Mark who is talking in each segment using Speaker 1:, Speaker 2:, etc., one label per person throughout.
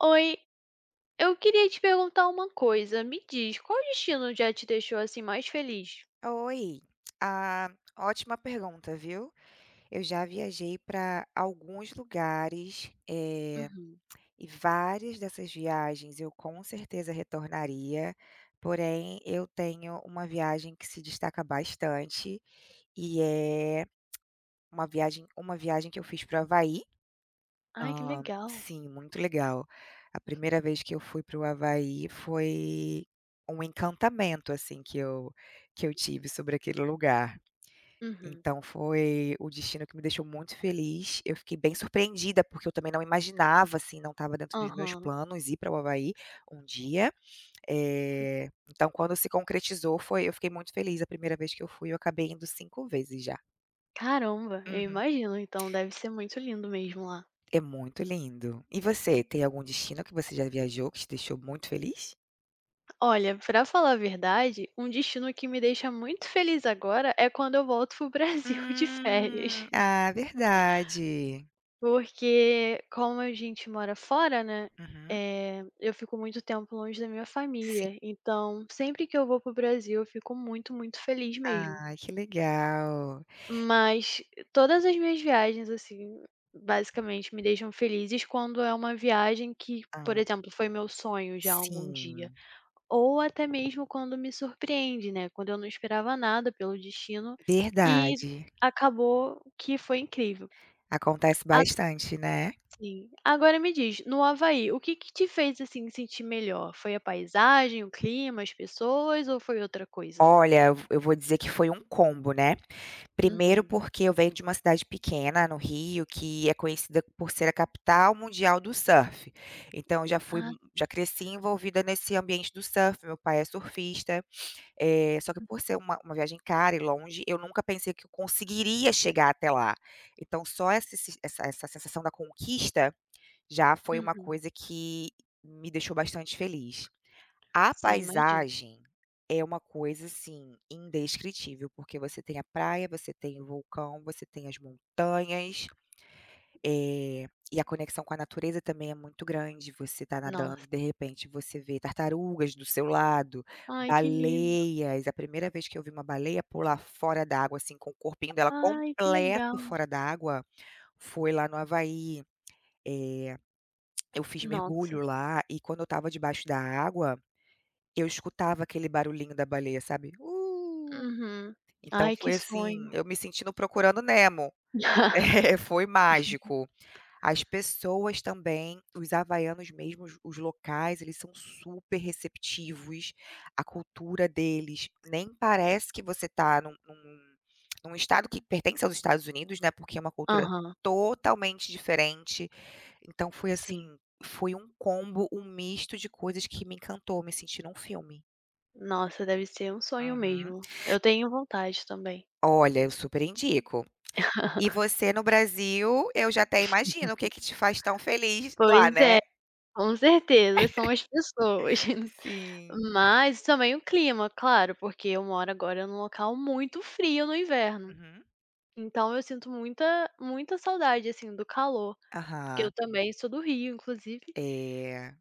Speaker 1: Oi, eu queria te perguntar uma coisa. Me diz, qual destino já te deixou assim mais feliz?
Speaker 2: Oi, ah, ótima pergunta, viu. Eu já viajei para alguns lugares,
Speaker 1: Uhum.
Speaker 2: e várias dessas viagens eu com certeza retornaria, porém eu tenho uma viagem que se destaca bastante, e é uma viagem que eu fiz para o Havaí.
Speaker 1: Ai, que
Speaker 2: Hã,
Speaker 1: legal.
Speaker 2: sim, muito legal. A primeira vez que eu fui para o Havaí foi um encantamento, assim, que eu tive sobre aquele lugar.
Speaker 1: Uhum.
Speaker 2: Então foi o destino que me deixou muito feliz. Eu fiquei bem surpreendida, porque eu também não imaginava, assim, não estava dentro dos meus
Speaker 1: Aham.
Speaker 2: planos ir para o Havaí um dia. Então quando se concretizou foi eu fiquei muito feliz. A primeira vez que eu fui, eu acabei indo cinco vezes já.
Speaker 1: Caramba, eu
Speaker 2: Uhum.
Speaker 1: imagino, então deve ser muito lindo mesmo lá.
Speaker 2: É muito lindo. E você, tem algum destino que você já viajou que te deixou muito feliz?
Speaker 1: Olha, pra falar a verdade, um destino que me deixa muito feliz agora é quando eu volto pro Brasil de férias.
Speaker 2: Verdade.
Speaker 1: Porque como a gente mora fora, né?
Speaker 2: Uhum.
Speaker 1: Eu fico muito tempo longe da minha
Speaker 2: Sim.
Speaker 1: família. Então, sempre que eu vou pro Brasil, eu fico muito, muito feliz mesmo.
Speaker 2: Ah, que legal.
Speaker 1: Mas todas as minhas viagens, assim, basicamente me deixam felizes quando é uma viagem que, por
Speaker 2: Hã,
Speaker 1: exemplo, foi meu sonho já algum dia.
Speaker 2: sim,
Speaker 1: Ou até mesmo quando me surpreende, né, quando eu não esperava nada pelo destino e
Speaker 2: verdade.
Speaker 1: acabou que foi incrível.
Speaker 2: Acontece
Speaker 1: A
Speaker 2: bastante, né.
Speaker 1: sim. Agora me diz, no Havaí, o que que te fez, assim, sentir melhor? Foi a paisagem, o clima, as pessoas ou foi outra coisa?
Speaker 2: Olha, eu vou dizer que foi um combo, né. Primeiro
Speaker 1: Uhum.
Speaker 2: porque eu venho de uma cidade pequena no Rio, que é conhecida por ser a capital mundial do surf. Então eu já fui
Speaker 1: Ah,
Speaker 2: já cresci envolvida nesse ambiente do surf, meu pai é surfista, só que por ser
Speaker 1: sim.
Speaker 2: uma viagem cara e longe, eu nunca pensei que eu conseguiria chegar até lá. Então só essa se essa essa sensação da conquista já foi uma
Speaker 1: Uhum.
Speaker 2: coisa que me deixou bastante feliz. A
Speaker 1: Sim, imagino.
Speaker 2: paisagem é uma coisa, assim, indescritível, porque você tem a praia, você tem o vulcão, você tem as montanhas, eh, e a conexão com a natureza também é muito grande. Você está nadando
Speaker 1: Nossa.
Speaker 2: e de repente você vê tartarugas do seu lado,
Speaker 1: Ai, que lindo.
Speaker 2: baleias. A primeira vez que eu vi uma baleia pular fora d'água, assim, com o corpinho dela
Speaker 1: Ai, que legal.
Speaker 2: completo fora d'água, foi lá no Havaí. Eh, eu fiz mergulho
Speaker 1: Nossa.
Speaker 2: lá e quando eu estava debaixo da água eu escutava aquele barulhinho da baleia, sabe?
Speaker 1: Uhum.
Speaker 2: Então
Speaker 1: Ai, que
Speaker 2: foi assim,
Speaker 1: sonho.
Speaker 2: eu me sentindo Procurando Nemo. É, foi mágico. As pessoas também, os havaianos mesmo, os locais, eles são super receptivos, a cultura deles nem parece que você tá num estado que pertence aos Estados Unidos, né, porque é uma cultura
Speaker 1: Aham,
Speaker 2: totalmente diferente. Então foi
Speaker 1: sim.
Speaker 2: assim, foi um combo, um misto de coisas que me encantou, me senti num filme.
Speaker 1: Nossa, deve ser um sonho
Speaker 2: Uhum.
Speaker 1: mesmo. Eu tenho vontade também.
Speaker 2: Olha, eu super indico. E você no Brasil, eu já até imagino o que que te faz tão feliz lá,
Speaker 1: Pois é,
Speaker 2: né?
Speaker 1: com certeza, são as pessoas.
Speaker 2: Sim.
Speaker 1: Mas também o clima, claro, porque eu moro agora num local muito frio no inverno.
Speaker 2: Uhum.
Speaker 1: Então eu sinto muita muita saudade, assim, do calor, porque eu
Speaker 2: Aham.
Speaker 1: também sou do Rio, inclusive,
Speaker 2: É,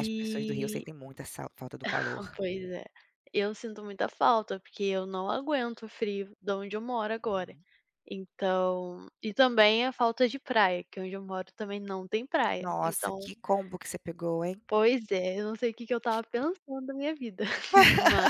Speaker 2: as pessoas do Rio sentem muita sa falta do
Speaker 1: Ah,
Speaker 2: calor.
Speaker 1: pois é. Eu sinto muita falta, porque eu não aguento o frio de onde eu moro agora.
Speaker 2: Uhum.
Speaker 1: Então e também a falta de praia, que onde eu moro também não tem praia.
Speaker 2: Nossa,
Speaker 1: Então
Speaker 2: que combo que você pegou, hein?
Speaker 1: pois é, eu não sei o que que eu estava pensando na minha vida. Ma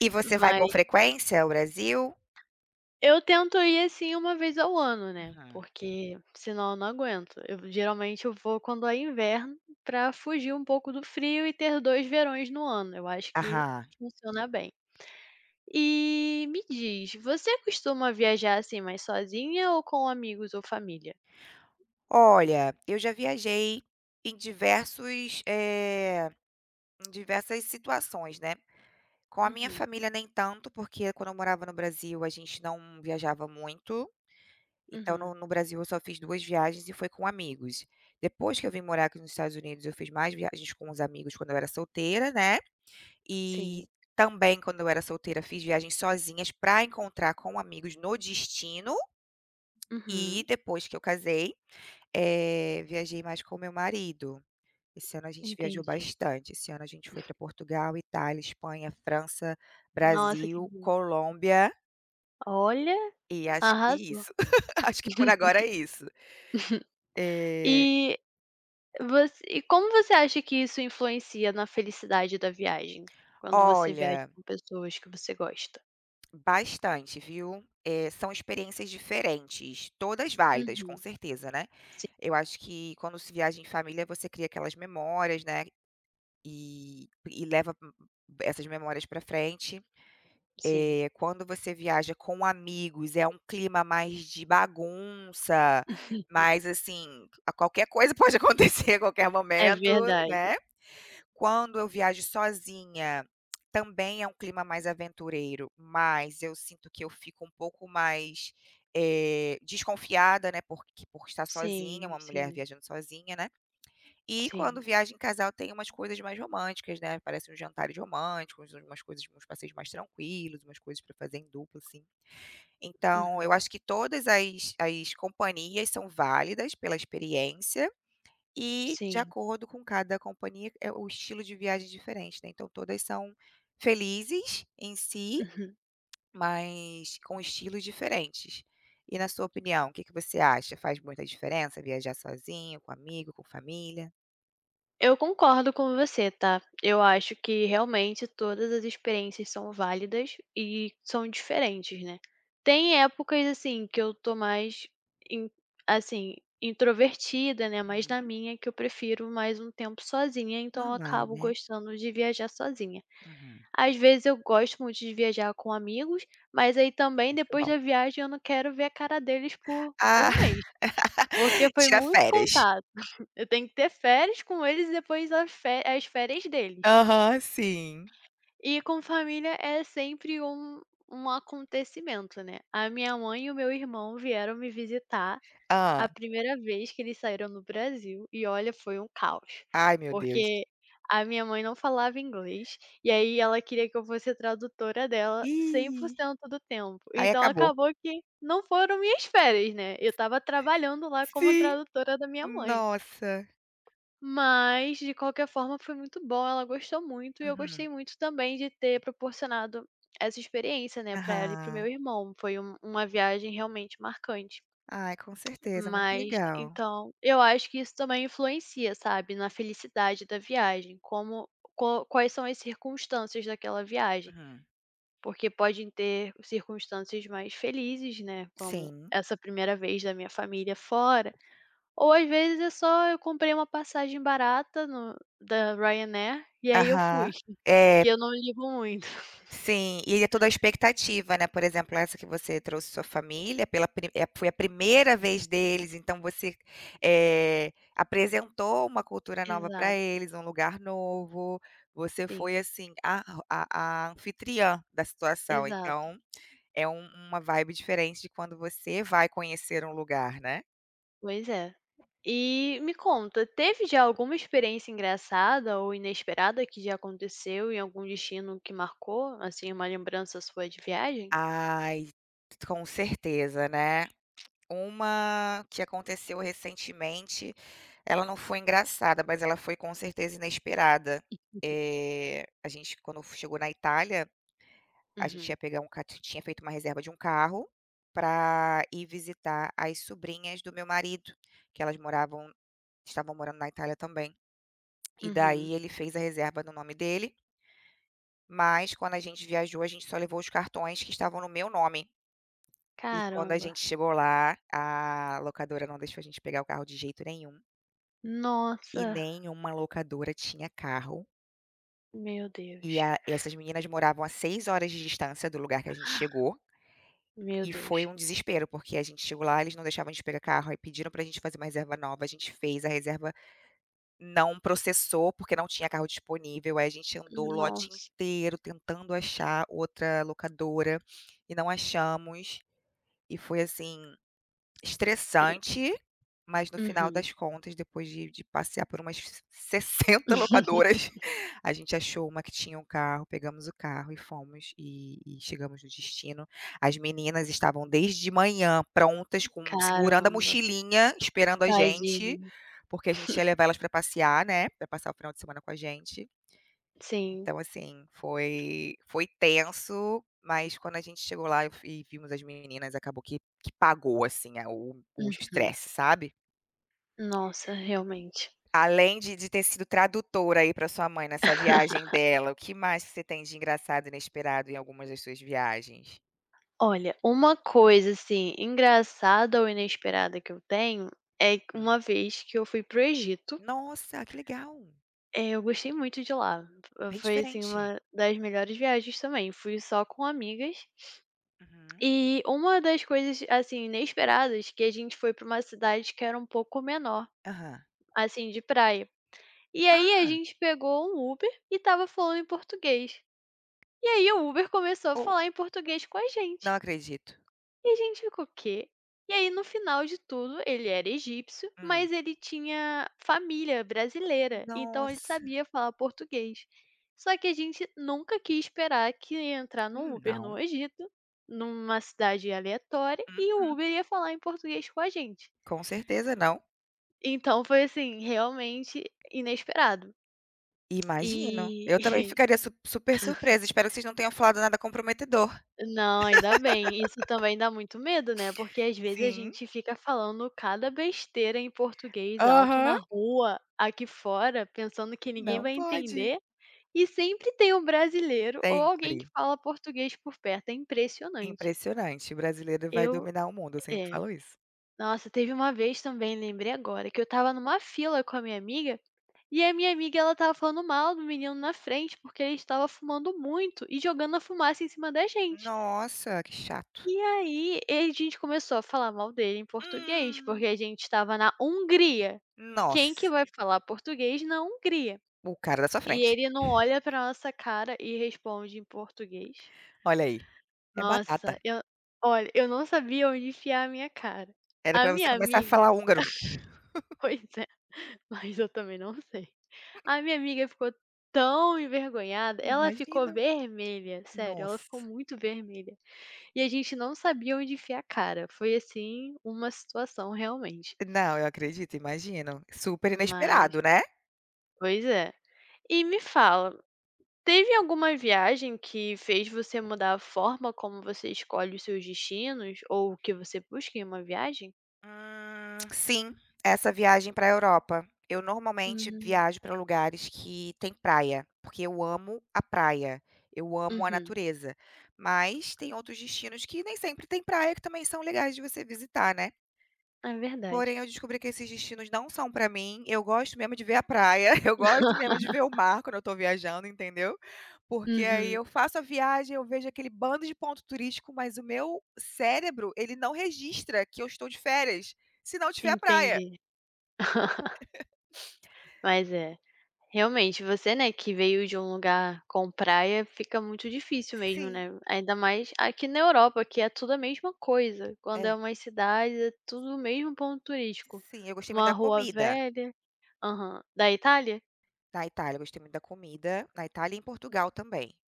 Speaker 2: E você vai
Speaker 1: mas
Speaker 2: com frequência ao Brasil?
Speaker 1: eu tento ir, assim, uma vez ao ano, né,
Speaker 2: Uhum.
Speaker 1: porque senão eu não aguento. Eu geralmente eu vou quando é inverno pra fugir um pouco do frio e ter 2 verões no ano. Eu acho que
Speaker 2: Aham.
Speaker 1: funciona bem. E me diz, você costuma viajar, assim, mais sozinha ou com amigos ou família?
Speaker 2: Olha, eu já viajei em diversos, eh, em diversas situações, né? Com a minha
Speaker 1: Uhum,
Speaker 2: família nem tanto, porque quando eu morava no Brasil a gente não viajava muito, então no
Speaker 1: uhum,
Speaker 2: no Brasil eu só fiz 2 viagens e foi com amigos. Depois que eu vim morar aqui nos Estados Unidos eu fiz mais viagens com os amigos quando eu era solteira, né,
Speaker 1: sim,
Speaker 2: e também quando eu era solteira fiz viagens sozinhas para encontrar com amigos no destino, e
Speaker 1: uhum,
Speaker 2: depois que eu casei, viajei mais com meu marido. Esse ano a gente viajou
Speaker 1: entendi.
Speaker 2: bastante. Esse ano a gente foi para Portugal, Itália, Espanha, França,
Speaker 1: Nossa, que
Speaker 2: Brasil,
Speaker 1: bom.
Speaker 2: Colômbia
Speaker 1: Olha,
Speaker 2: e acho que
Speaker 1: arrasou.
Speaker 2: isso. Acho que por agora é isso. Eh,
Speaker 1: E você e como você acha que isso influencia na felicidade da viagem? Quando você viaja
Speaker 2: Olha,
Speaker 1: com pessoas que você gosta?
Speaker 2: bastante, viu. São experiências diferentes, todas válidas, com
Speaker 1: Uhum,
Speaker 2: certeza, né.
Speaker 1: sim,
Speaker 2: Eu acho que quando se viaja em família, você cria aquelas memórias, né, e leva essas memórias para frente.
Speaker 1: sim.
Speaker 2: Quando você viaja com amigos, é um clima mais de bagunça, mas assim, a qualquer coisa pode acontecer a qualquer
Speaker 1: É
Speaker 2: momento,
Speaker 1: verdade.
Speaker 2: né. Quando eu viajo sozinha, também é um clima mais aventureiro, mas eu sinto que eu fico um pouco mais, desconfiada, né, porque por estar sozinha,
Speaker 1: Sim,
Speaker 2: uma mulher
Speaker 1: sim,
Speaker 2: viajando sozinha, né. E quando
Speaker 1: sim.
Speaker 2: viaja em casal tem umas coisas mais românticas, né, parece uns jantares românticos, umas coisas uns passeios mais tranquilos, umas coisas para fazer em dupla, assim. Então eu
Speaker 1: Uhum,
Speaker 2: acho que todas as companhias são válidas pela experiência e de
Speaker 1: sim.
Speaker 2: acordo com cada companhia é o estilo de viagem é diferente, né, então todas são felizes em si,
Speaker 1: Uhum.
Speaker 2: mas com estilos diferentes. E na sua opinião, o que que você acha? Faz muita diferença viajar sozinho, com amigo, com família?
Speaker 1: Eu concordo com você, tá? Eu acho que realmente todas as experiências são válidas e são diferentes, né? Tem épocas assim que eu tô mais in- assim, introvertida, né, mais na
Speaker 2: Hum,
Speaker 1: minha que eu prefiro mais um tempo sozinha, então eu
Speaker 2: Normal,
Speaker 1: acabo
Speaker 2: né?
Speaker 1: gostando de viajar sozinha.
Speaker 2: Uhum.
Speaker 1: Às vezes eu gosto muito de viajar com amigos, mas aí também
Speaker 2: Muito
Speaker 1: depois
Speaker 2: bom.
Speaker 1: da viagem eu não quero ver a cara deles por
Speaker 2: Ah,
Speaker 1: um mês, porque foi
Speaker 2: tira
Speaker 1: muito
Speaker 2: férias.
Speaker 1: contado. Eu tenho que ter férias com eles e depois as fé as férias deles.
Speaker 2: Aham, sim.
Speaker 1: E com família é sempre um acontecimento, né. A minha mãe e o meu irmão vieram me visitar a
Speaker 2: ah
Speaker 1: primeira vez que eles saíram do Brasil e olha, foi um caos,
Speaker 2: Ai, meu Deus.
Speaker 1: porque a minha mãe não falava inglês, e aí ela queria que eu fosse tradutora dela
Speaker 2: Ih,
Speaker 1: 100% do tempo,
Speaker 2: aí
Speaker 1: então
Speaker 2: acabou.
Speaker 1: acabou que não foram minhas férias, né, eu estava trabalhando lá como
Speaker 2: Sim.
Speaker 1: tradutora da minha mãe.
Speaker 2: Nossa.
Speaker 1: Mas, de qualquer forma, foi muito bom, ela gostou muito e eu gostei
Speaker 2: Uhum.
Speaker 1: muito também de ter proporcionado essa experiência, né, pra ela e para o meu
Speaker 2: Aham.
Speaker 1: irmão. Foi uma viagem realmente marcante.
Speaker 2: Ai, com certeza, muito
Speaker 1: Mas
Speaker 2: legal.
Speaker 1: então, eu acho que isso também influencia, sabe, na felicidade da viagem, como quais são as circunstâncias daquela viagem.
Speaker 2: Uhum.
Speaker 1: Porque podem ter circunstâncias mais felizes, né, como
Speaker 2: Sim.
Speaker 1: essa primeira vez da minha família fora ou às vezes é só eu comprei uma passagem barata no da Ryanair, e aí eu fui,
Speaker 2: Aham. É.
Speaker 1: que eu não ligo muito.
Speaker 2: Sim, e é toda a expectativa, né, por exemplo, essa que você trouxe sua família foi a primeira vez deles, então você, apresentou uma cultura nova para
Speaker 1: Exato,
Speaker 2: eles, um lugar novo, você foi,
Speaker 1: sim,
Speaker 2: assim, a a anfitriã da situação,
Speaker 1: exato.
Speaker 2: então é uma vibe diferente de quando você vai conhecer um lugar, né.
Speaker 1: Pois é. E me conta, teve já alguma experiência engraçada ou inesperada que já aconteceu em algum destino que marcou, assim, uma lembrança sua de viagem?
Speaker 2: Ai, com certeza, né. Uma que aconteceu recentemente, ela não foi engraçada, mas ela foi com certeza inesperada. A gente quando chegou na Itália, a gente
Speaker 1: Uhum,
Speaker 2: ia pegar um ca tinha feito uma reserva de um carro para ir visitar as sobrinhas do meu marido, que elas moravam estavam morando na Itália também. E
Speaker 1: uhum.
Speaker 2: daí ele fez a reserva no nome dele, mas quando a gente viajou, a gente só levou os cartões que estavam no meu nome. E quando a
Speaker 1: Caramba.
Speaker 2: gente chegou lá, a locadora não deixou a gente pegar o carro de jeito nenhum.
Speaker 1: Nossa,
Speaker 2: E nenhuma locadora tinha carro,
Speaker 1: meu
Speaker 2: e
Speaker 1: Deus.
Speaker 2: a essas meninas moravam a 6 horas de distância do lugar que a gente chegou,
Speaker 1: Meu
Speaker 2: e foi
Speaker 1: Deus.
Speaker 2: um desespero, porque a gente chegou lá, eles não deixavam a gente pegar carro, aí pediram pra gente fazer uma reserva nova, a gente fez, a reserva não processou, porque não tinha carro disponível, aí a gente andou o lote
Speaker 1: Nossa,
Speaker 2: inteiro tentando achar outra locadora, e não achamos, e foi assim
Speaker 1: é.
Speaker 2: estressante, mas no final
Speaker 1: Uhum.
Speaker 2: das contas, depois de passear por umas 60 locadoras, a gente achou uma que tinha um carro, pegamos o carro e fomos e chegamos no destino. As meninas estavam desde de manhã prontas com segurando a
Speaker 1: Caramba.
Speaker 2: mochilinha, esperando a gente,
Speaker 1: Tadinho.
Speaker 2: porque a gente ia levar elas para passear, né, para passar o final de semana com a gente.
Speaker 1: Sim.
Speaker 2: Então assim, foi tenso, mas quando a gente chegou lá eu e vimos as meninas, acabou que pagou assim a o
Speaker 1: Uhum.
Speaker 2: estresse, sabe.
Speaker 1: Nossa, realmente.
Speaker 2: Além de ter sido tradutora aí para sua mãe nessa viagem dela, o que mais que você tem de engraçado e inesperado em algumas das suas viagens?
Speaker 1: Olha, uma coisa, assim, engraçada ou inesperada que eu tenho, é que uma
Speaker 2: Hum.
Speaker 1: vez que eu fui pro Egito,
Speaker 2: Nossa, que legal.
Speaker 1: eu gostei muito de lá.
Speaker 2: Bem
Speaker 1: F foi, assim,
Speaker 2: diferente.
Speaker 1: uma das melhores viagens também, fui só com amigas.
Speaker 2: Uhum.
Speaker 1: E uma das coisas, assim, inesperadas, que a gente foi para uma cidade que era um pouco menor,
Speaker 2: Aham.
Speaker 1: assim, de praia. E aí a
Speaker 2: Ah,
Speaker 1: gente pegou um Uber e estava falando em português. E aí o Uber começou a
Speaker 2: ou
Speaker 1: falar em português com a
Speaker 2: não
Speaker 1: gente.
Speaker 2: acredito.
Speaker 1: E a gente ficou: "Quê?". E aí no final de tudo, ele era egípcio,
Speaker 2: Hum.
Speaker 1: mas ele tinha família brasileira, então ele
Speaker 2: Nossa.
Speaker 1: sabia falar português. Só que a gente nunca quis esperar que ia entrar no Uber no
Speaker 2: Não,
Speaker 1: Egito, numa cidade aleatória, e o
Speaker 2: mm-mm,
Speaker 1: Uber ia falar em português com a gente.
Speaker 2: com certeza não.
Speaker 1: Então foi, assim, realmente inesperado. E
Speaker 2: Imagino. Eu também ficaria su super surpresa, espero que vocês não tenham falado nada comprometedor.
Speaker 1: Não, ainda bem. Isso também dá muito medo, né, porque às vezes a
Speaker 2: Sim.
Speaker 1: gente fica falando cada besteira em português alto na
Speaker 2: Aham.
Speaker 1: rua, aqui fora, pensando que ninguém
Speaker 2: Não
Speaker 1: vai
Speaker 2: pode.
Speaker 1: entender, e sempre tem um brasileiro ou alguém que
Speaker 2: Sempre.
Speaker 1: fala português por perto, é impressionante.
Speaker 2: Impressionante, o brasileiro vai
Speaker 1: Eu
Speaker 2: dominar o mundo, eu sempre
Speaker 1: é.
Speaker 2: falo isso.
Speaker 1: Nossa, teve uma vez também, lembrei agora, que eu estava numa fila com a minha amiga, e a minha amiga ela tava falando mal do menino na frente, porque ele estava fumando muito e jogando a fumaça em cima da gente.
Speaker 2: Nossa, que chato.
Speaker 1: E aí, e a gente começou a falar mal dele em português, porque
Speaker 2: Hum.
Speaker 1: a gente estava na Hungria. Quem que
Speaker 2: Nossa,
Speaker 1: vai falar português na Hungria?
Speaker 2: o cara da sua
Speaker 1: E
Speaker 2: frente.
Speaker 1: ele não olha pra nossa cara e responde em português.
Speaker 2: Olha aí, é
Speaker 1: Nossa,
Speaker 2: batata.
Speaker 1: eu olha, eu não sabia onde enfiar a minha cara.
Speaker 2: Era
Speaker 1: A
Speaker 2: pra você
Speaker 1: minha
Speaker 2: começar a
Speaker 1: amiga
Speaker 2: falar húngaro.
Speaker 1: pois é, mas eu também não sei. A minha amiga ficou tão envergonhada, ela ficou
Speaker 2: Imagina,
Speaker 1: vermelha, sério, ela ficou
Speaker 2: nossa.
Speaker 1: muito vermelha. E a gente não sabia onde enfiar a cara. Foi, assim, uma situação realmente.
Speaker 2: Não, eu acredito, imagino. Super
Speaker 1: Mas
Speaker 2: inesperado, né.
Speaker 1: pois é. E me fala, teve alguma viagem que fez você mudar a forma como você escolhe os seus destinos ou o que você busca em uma viagem?
Speaker 2: Ah. Sim, essa viagem para a Europa. Eu normalmente
Speaker 1: Hum.
Speaker 2: viajo para lugares que tem praia, porque eu amo a praia, eu amo a
Speaker 1: Uhum.
Speaker 2: natureza, mas tem outros destinos que nem sempre tem praia, que também são legais de você visitar, né.
Speaker 1: É verdade.
Speaker 2: Porém, eu descobri que esses destinos não são pra mim. Eu gosto mesmo de ver a praia, eu gosto mesmo de ver o mar quando eu tô viajando, entendeu. Porque aí
Speaker 1: Uhum.
Speaker 2: eu faço a viagem, eu vejo aquele bando de ponto turístico, mas o meu cérebro, ele não registra que eu estou de férias, se não tiver praia.
Speaker 1: Entendi. Mas é. Realmente, você, né, que veio de um lugar com praia, fica muito difícil mesmo,
Speaker 2: Sim,
Speaker 1: né? Ainda mais aqui na Europa, que é tudo a mesma coisa. Quando é
Speaker 2: é,
Speaker 1: uma cidade é tudo o mesmo ponto turístico.
Speaker 2: sim, eu gostei muito
Speaker 1: Uma
Speaker 2: da
Speaker 1: rua
Speaker 2: comida.
Speaker 1: velha. Aham. Da Itália?
Speaker 2: Da Itália, eu gostei muito da comida, na Itália e em Portugal também.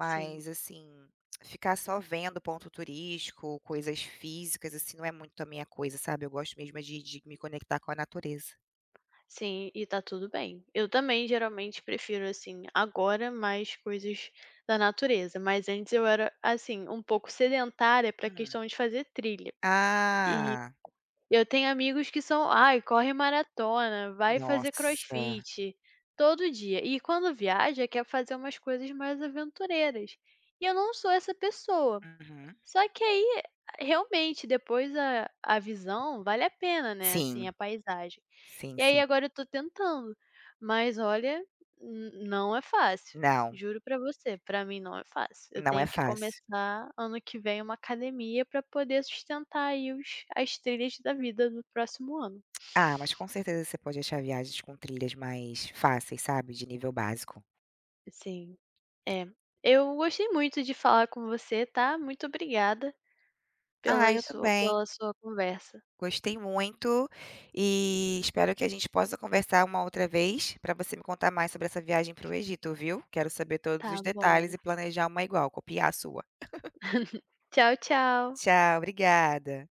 Speaker 1: Sim.
Speaker 2: assim, ficar só vendo ponto turístico, coisas físicas, assim, não é muito a minha coisa, sabe. Eu gosto mesmo é de me conectar com a natureza.
Speaker 1: Sim, e tá tudo bem. Eu também geralmente prefiro, assim, agora mais coisas da natureza. Mas antes eu era, assim, um pouco sedentária pra
Speaker 2: Hum.
Speaker 1: questão de fazer trilha.
Speaker 2: Ah,
Speaker 1: Eu tenho amigos que são, ai, corre maratona, vai fazer
Speaker 2: nossa.
Speaker 1: crossfit todo dia. E quando viaja, quer fazer umas coisas mais aventureiras. E eu não sou essa pessoa.
Speaker 2: Uhum.
Speaker 1: Só que aí, realmente, depois a visão vale a pena, né, assim, a
Speaker 2: Sim,
Speaker 1: paisagem.
Speaker 2: sim,
Speaker 1: E aí
Speaker 2: sim.
Speaker 1: agora eu tô tentando, mas olha, n não é fácil,
Speaker 2: Não,
Speaker 1: juro pra você, pra mim não é fácil. Eu
Speaker 2: não é
Speaker 1: tenho que
Speaker 2: fácil.
Speaker 1: começar ano que vem uma academia pra poder sustentar aí os as trilhas da vida do próximo ano.
Speaker 2: Ah, mas com certeza você pode achar viagens com trilhas mais fáceis, sabe, de nível básico.
Speaker 1: Assim, é. Eu gostei muito de falar com você, tá. Muito obrigada
Speaker 2: Ah,
Speaker 1: pela
Speaker 2: eu
Speaker 1: sua
Speaker 2: também.
Speaker 1: pela sua conversa.
Speaker 2: Gostei muito e espero que a gente possa conversar uma outra vez para você me contar mais sobre essa viagem para o Egito, viu? Quero saber todos
Speaker 1: Tá
Speaker 2: os detalhes
Speaker 1: bom.
Speaker 2: e planejar uma igual, copiar a sua.
Speaker 1: Tchau, tchau.
Speaker 2: Tchau, obrigada.